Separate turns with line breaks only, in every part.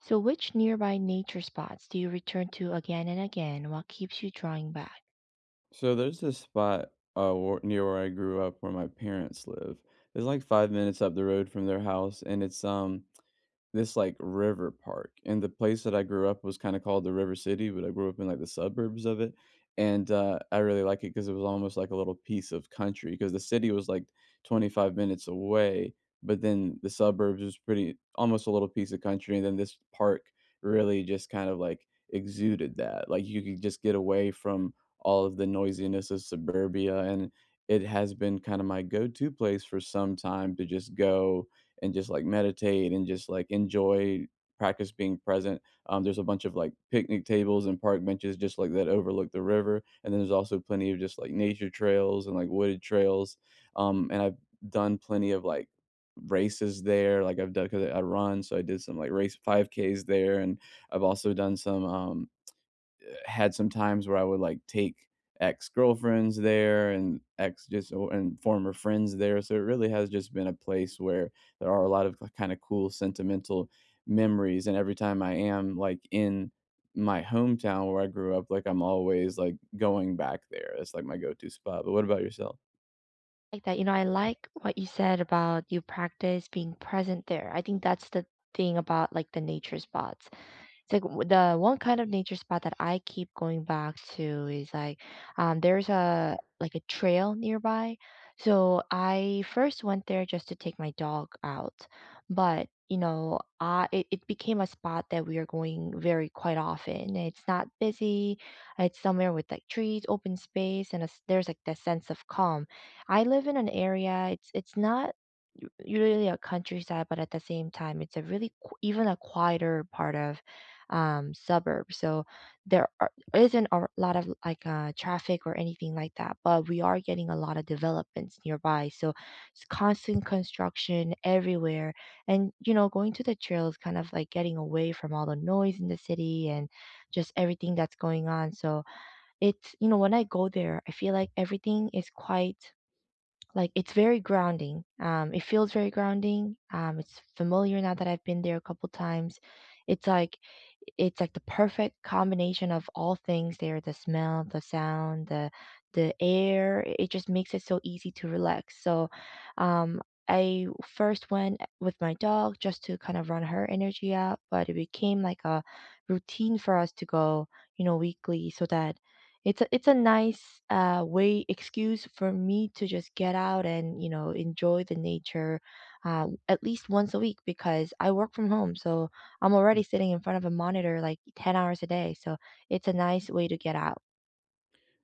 So, which nearby nature spots do you return to again and again? What keeps you drawing back?
So there's this spot where, near where I grew up, where my parents live. It's like 5 minutes up the road from their house, and it's this, like, river park, and the place that I grew up was kinda called the River City, but I grew up in, like, the suburbs of it, and, I really like it because it was almost like a little piece of country. Because the city was, like, 25 minutes away, but then the suburbs was pretty almost a little piece of country, and then this park really just kind of, like, exuded that, like, you could just get away from all of the noisiness of suburbia, and it has been kinda my go-to place for some time to just go and just like meditate and just like enjoy practice being present. There's a bunch of like picnic tables and park benches just like that overlook the river. And then there's also plenty of just like nature trails and like wooded trails. And I've done plenty of like races there. Like I've done because I run, so I did some like race 5Ks there, and I've also done some had some times where I would like take ex girlfriends there and ex just and former friends there. So it really has just been a place where there are a lot of kind of cool sentimental memories. And every time I am like in my hometown where I grew up, like I'm always like going back there. It's like my go to spot. But what about yourself?
Like that, you know, I like what you said about you practice being present there. I think that's the thing about like the nature spots. It's like the one kind of nature spot that I keep going back to is like there's a like a trail nearby. So I first went there just to take my dog out, but you know, it became a spot that we are going very quite often. It's not busy. It's somewhere with like trees, open space, and a s there's like that sense of calm. I live in an area. It's not really a countryside, but at the same time, it's a really even a quieter part of suburb. So isn't a lot of like traffic or anything like that, but we are getting a lot of developments nearby. So it's constant construction everywhere. And, you know, going to the trail is kind of like getting away from all the noise in the city and just everything that's going on. So it's, you know, when I go there, I feel like everything is quite like it's very grounding. It feels very grounding. It's familiar now that I've been there a couple times. It's like it's like the perfect combination of all things there, the smell, the sound, the air. It just makes it so easy to relax. So, um, I first went with my dog just to kind of run her energy out, but it became like a routine for us to go, you know, weekly so that it's a nice way excuse for me to just get out and you know enjoy the nature at least once a week because I work from home so I'm already sitting in front of a monitor like 10 hours a day. So it's a nice way to get out.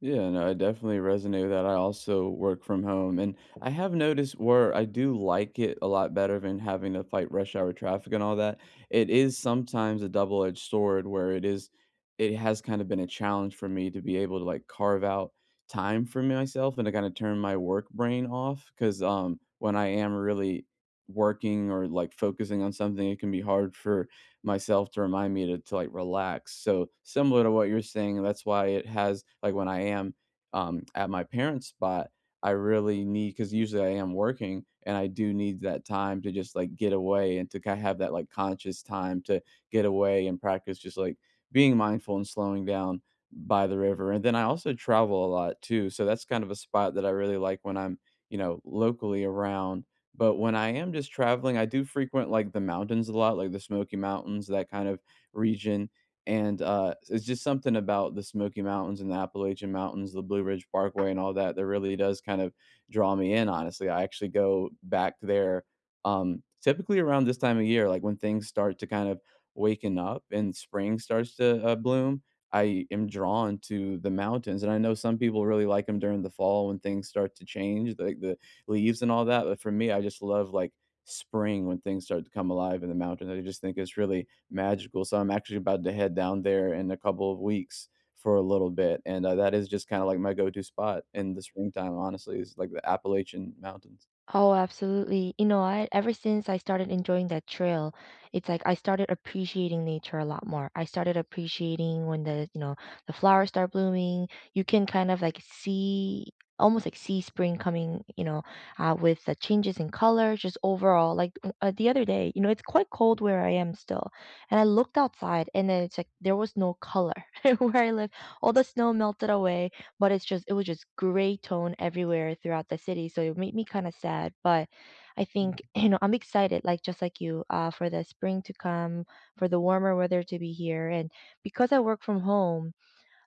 Yeah, no, I definitely resonate with that. I also work from home, and I have noticed where I do like it a lot better than having to fight rush hour traffic and all that. It is sometimes a double-edged sword where it is, it has kind of been a challenge for me to be able to like carve out time for myself and to kind of turn my work brain off. Because when I am really working or like focusing on something, it can be hard for myself to remind me to, like, relax. So, similar to what you're saying, that's why it has like, when I am, at my parents' spot, I really need because usually I am working, and I do need that time to just, like, get away and to ki have that, like, conscious time to get away and practice just, like, being mindful and slowing down by the river, and then I also travel a lot too, so that's kind of a spot that I really like when I'm, you know, locally around. But when I am just traveling, I do frequent, like, the mountains a lot, like the Smoky Mountains, that kind of region, and, it's just something about the Smoky Mountains and the Appalachian Mountains, the Blue Ridge Parkway and all that, that really does kind of draw me in, honestly. I actually go back there, typically around this time of year, like, when things start to kind of waken up and spring starts to, bloom, I am drawn to the mountains, and I know some people really like them during the fall when things start to change, like the leaves and all that. But for me, I just love like spring when things start to come alive in the mountains. I just think it's really magical. So I'm actually about to head down there in a couple of weeks for a little bit. And that is just kind of like my go to spot in the springtime, honestly, is like the Appalachian Mountains.
Oh, absolutely. You know what? Ever since I started enjoying that trail, it's like I started appreciating nature a lot more. I started appreciating when the, you know, the flowers start blooming. You can kind of like see almost like see spring coming, you know, with the changes in color, just overall. Like the other day, you know, it's quite cold where I am still. And I looked outside and then it's like there was no color where I live. All the snow melted away but it was just gray tone everywhere throughout the city, so it made me kind of sad. But I think you know I'm excited, like just like you, for the spring to come, for the warmer weather to be here, and because I work from home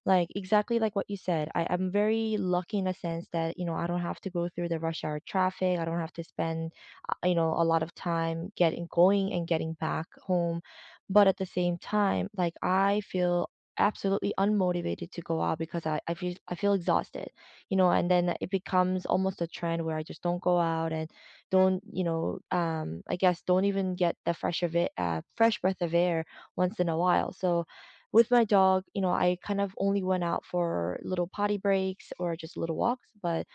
like, exactly like what you said, I'm very lucky in a sense that, you know, I don't have to go through the rush hour traffic. I don't have to spend, you know, a lot of time getting going and getting back home. But at the same time, like I feel absolutely unmotivated to go out because I feel exhausted, you know, and then it becomes almost a trend where I just don't go out and don't, you know, I guess don't even get the fresh breath of air once in a while. So with my dog, you know, I kind of only went out for little potty breaks or just little walks, but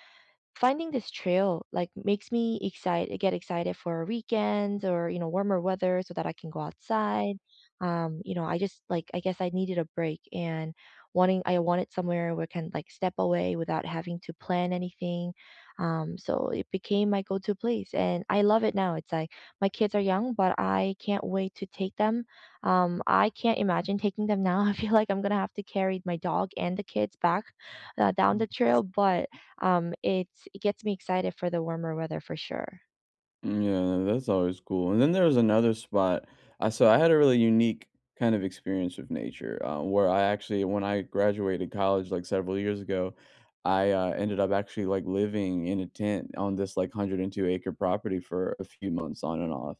finding this trail like makes me excited, get excited for weekends or you know warmer weather so that I can go outside. You know, I just like I guess I needed a break and wanting I wanted somewhere where I can like step away without having to plan anything. So it became my go-to place and I love it now. It's like my kids are young, but I can't wait to take them. I can't imagine taking them now. I feel like I'm gonna have to carry my dog and the kids back down the trail, but it gets me excited for the warmer weather for sure.
Mm, yeah, that's always cool. And then there was another spot. I so I had a really unique kind of experience with nature, where I actually, when I graduated college like several years ago, I ended up actually like living in a tent on this like 102-acre property for a few months on and off.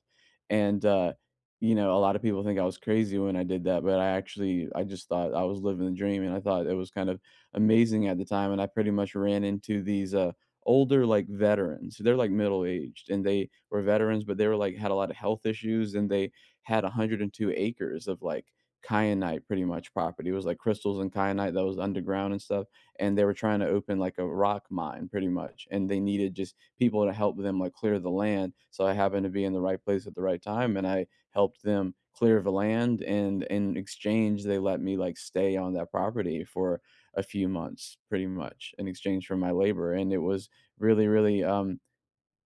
And a lot of people think I was crazy when I did that, but I actually, I just thought I was living the dream, and I thought it was kind of amazing at the time. And I pretty much ran into these. Older, like, veterans. They're, like, middle-aged, and they were veterans, but they were, like, had a lot of health issues, and they had 102 acres of, like, kyanite, pretty much, property. It was, like, crystals and kyanite that was underground and stuff, and they were trying to open, like, a rock mine, pretty much, and they needed just people to help them, like, clear the land, so I happened to be in the right place at the right time, and I helped them clear the land, and in exchange, they let me, like, stay on that property for a few months, pretty much, in exchange for my labor, and it was really, really, um,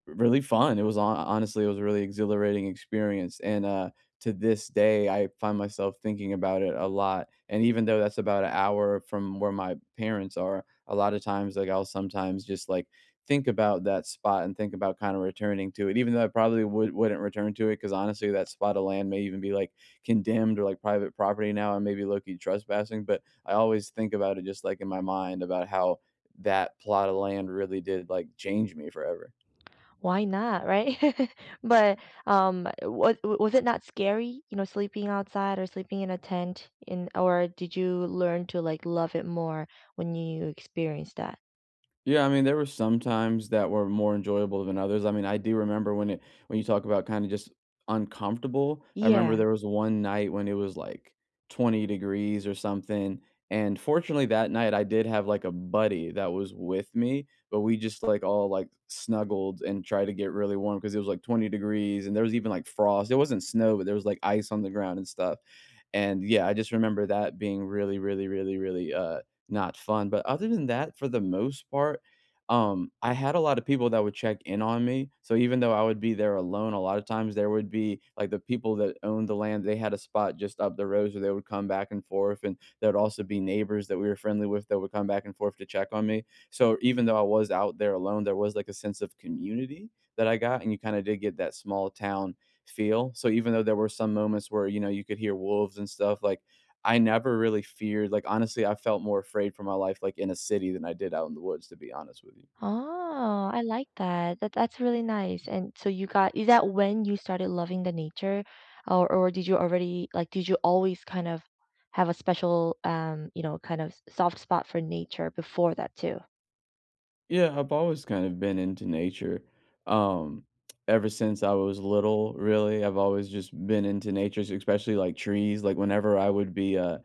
Really fun. It was honestly, it was a really exhilarating experience, and, to this day, I find myself thinking about it a lot, and even though that's about an hour from where my parents are, a lot of times, like, I'll sometimes just, like, think about that spot and think about kinda returning to it, even though I probably wouldn't return to it, because honestly, that spot of land may even be, like, condemned or, like, private property now and maybe low-key trespassing, but I always think about it just, like, in my mind about how that plot of land really did, like, change me forever.
Why not, right? But, was it not scary, you know, sleeping outside or sleeping in a tent in or did you learn to, like, love it more when you experienced that?
Yeah, I mean, there were some times that were more enjoyable than others. I mean, I do remember when you talk about kinda just uncomfortable, I remember
Yeah.
there was one night when it was, like, 20 degrees or something, and fortunately, that night, I did have, like, a buddy that was with me, but we just, like, all, like, snuggled and tried to get really warm because it was, like, 20 degrees, and there was even, like, frost. It wasn't snow, but there was, like, ice on the ground and stuff, and, yeah, I just remember that being really, really, really, really, not fun. But other than that, for the most part, I had a lot of people that would check in on me. So even though I would be there alone, a lot of times there would be like the people that owned the land, they had a spot just up the road. So they would come back and forth. And there would also be neighbors that we were friendly with that would come back and forth to check on me. So even though I was out there alone, there was like a sense of community that I got. And you kind of did get that small town feel. So even though there were some moments where, you know, you could hear wolves and stuff, like I never really feared like, honestly, I felt more afraid for my life, like, in a city than I did out in the woods, to be honest with you.
Oh, I like that. That's really nice, and so you got is that when you started loving the nature? Or did you already like, did you always kind of have a special, you know, kind of s soft spot for nature before that too?
Yeah, I've always kind of been into nature. Um, Ever since I was little, really, I've always just been into nature, s especially, like, trees, like, whenever I would be,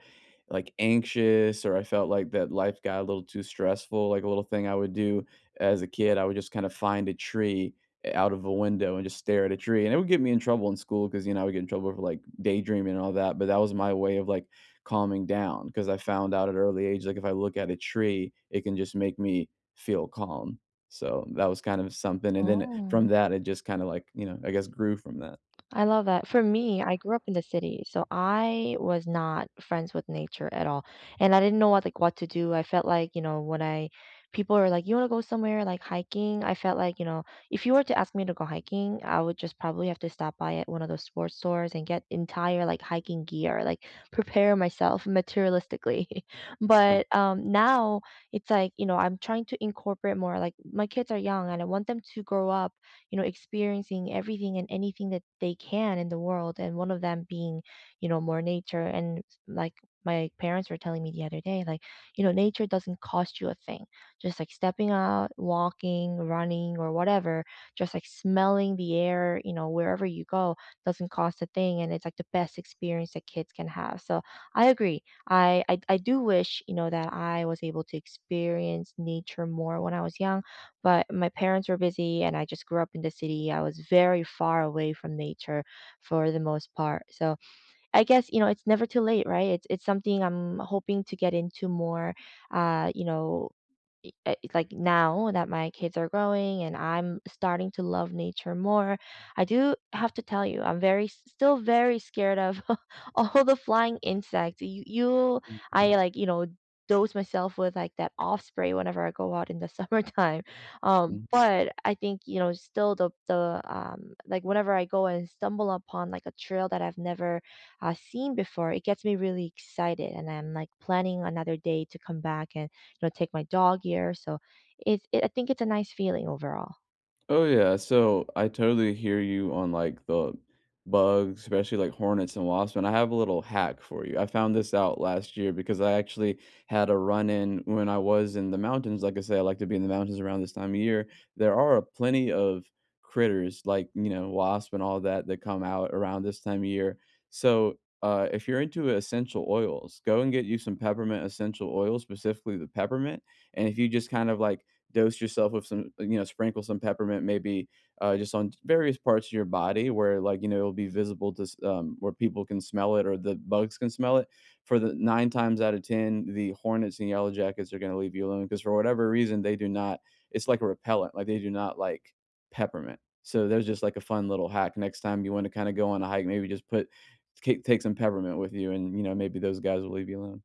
like, anxious or I felt like that life got a little too stressful, like, a little thing I would do as a kid, I would just kinda find a tree out of a window and just stare at a tree, and it would get me in trouble in school because you know, I would get in trouble for, like, daydreaming and all that, but that was my way of, like, calming down because I found out at an early age, like, if I look at a tree, it can just make me feel calm. So, that was kind of something, and then
Oh,
from that, it just kinda, like, you know, I guess grew from that.
I love that. For me, I grew up in the city, so I was not friends with nature at all. And I didn't know what to do. I felt like, you know, when I people are like, "You want to go somewhere like hiking?" I felt like, you know, if you were to ask me to go hiking, I would just probably have to stop by at one of those sports stores and get entire like hiking gear, like prepare myself materialistically.
Mm,
But now it's like, you know, I'm trying to incorporate more like my kids are young and I want them to grow up you know, experiencing everything and anything that they can in the world. And one of them being, you know, more nature. And like my parents were telling me the other day, like, you know, nature doesn't cost you a thing. Just like stepping out, walking, running, or whatever, just like smelling the air, you know, wherever you go doesn't cost a thing. And it's like the best experience that kids can have. So I agree. I do wish you know that I was able to experience nature more when I was young. But my parents were busy, and I just grew up in the city. I was very far away from nature for the most part. So I guess, you know, it's never too late, right? It's something I'm hoping to get into more, you know, like now that my kids are growing and I'm starting to love nature more, I do have to tell you, I'm very scared of all the flying insects. You
mhm,
I like you know dose myself with like that off spray whenever I go out in the summertime.
mhm.
But I think you know still the like whenever I go and stumble upon like a trail that I've never seen before, it gets me really excited, and I'm like planning another day to come back and know, take my dog here. So I think it's a nice feeling overall.
Oh yeah, so I totally hear you on like the bugs, especially like hornets and wasps. And I have a little hack for you. I found this out last year because I actually had a run in when I was in the mountains. Like I say, I like to be in the mountains around this time of year. There are plenty of critters like you know wasp and all that that come out around this time of year. So if you're into essential oils, go and get you some peppermint essential oil, specifically the peppermint. And if you just kind of like dose yourself with some sprinkle some peppermint maybe, just on various parts of your body where, like, you know, it'll be visible to s where people can smell it or the bugs can smell it. For the 9 times out of 10, the hornets and yellow jackets are gonna leave you alone because for whatever reason, they do not it's like a repellent, like, they do not like peppermint. So there's just, like, a fun little hack. Next time you wanna kinda go on a hike, maybe just put take take some peppermint with you and, you know, maybe those guys will leave you alone.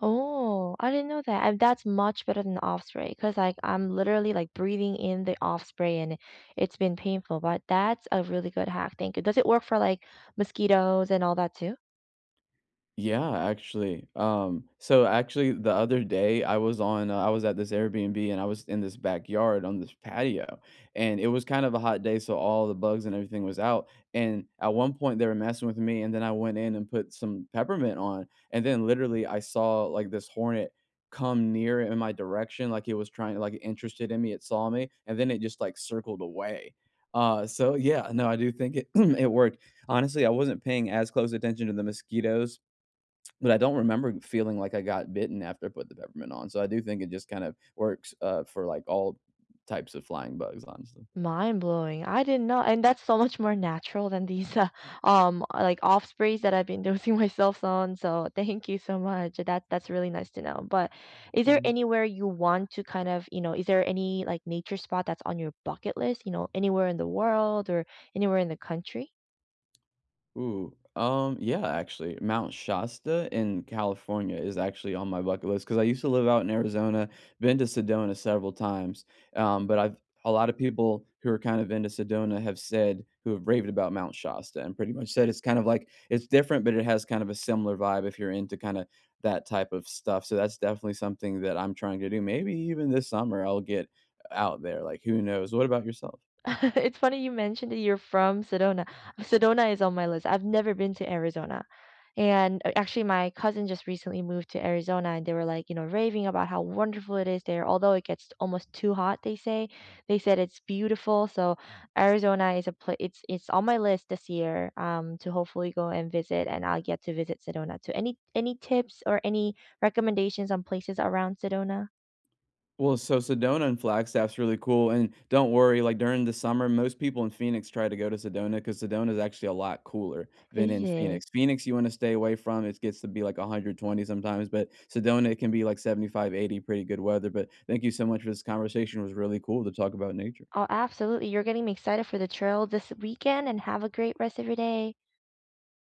Oh, I didn't know that. And that's much better than the off spray because like I'm literally like breathing in the off spray and it's been painful, but that's a really good hack. Thank you. Does it work for like mosquitoes and all that too?
Yeah, actually. So actually the other day I was at this Airbnb and I was in this backyard on this patio and it was kind of a hot day so all the bugs and everything was out and at one point they were messing with me and then I went in and put some peppermint on and then literally I saw like this hornet come near in my direction like it was trying like interested in me it saw me and then it just like circled away. So yeah, no I do think it it worked honestly, I wasn't paying as close attention to the mosquitoes but I don't remember feeling like I got bitten after I put the peppermint on, so I do think it just kind of works, for, like, all types of flying bugs, honestly.
Mind blowing. I didn't know, and that's so much more natural than these like off sprays that I've been dosing myself on. So thank you so much. That's really nice to know. But is there
Mhm.
anywhere you want to kind of, you know, is there any like nature spot that's on your bucket list, you know, anywhere in the world or anywhere in the country?
Ooh, yeah, actually, Mount Shasta in California is actually on my bucket list because I used to live out in Arizona, been to Sedona several times. But I've A lot of people who are kind of into Sedona have said who have raved about Mount Shasta and pretty much said it's kind of like it's different, but it has kind of a similar vibe if you're into kind of that type of stuff. So that's definitely something that I'm trying to do. Maybe even this summer I'll get out there. Like, who knows? What about yourself?
It's funny you mentioned that you're from Sedona. Sedona is on my list. I've never been to Arizona. And actually, my cousin just recently moved to Arizona, and they were like, you know, raving about how wonderful it is there. Although it gets almost too hot, they say. They said it's beautiful. So Arizona is a place. It's on my list this year, to hopefully go and visit, and I'll get to visit Sedona too. Any tips or any recommendations on places around Sedona?
Well, so Sedona and Flagstaff's really cool, and don't worry, like, during the summer, most people in Phoenix try to go to Sedona because Sedona is actually a lot cooler than
Is
in
it?
Phoenix. Phoenix, you wanna stay away from, it gets to be, like, 120 sometimes, but Sedona, it can be, like, 75, 80, pretty good weather, but thank you so much for this conversation, it was really cool to talk about nature.
Oh, absolutely. You're getting me excited for the trail this weekend and have a great rest of your day.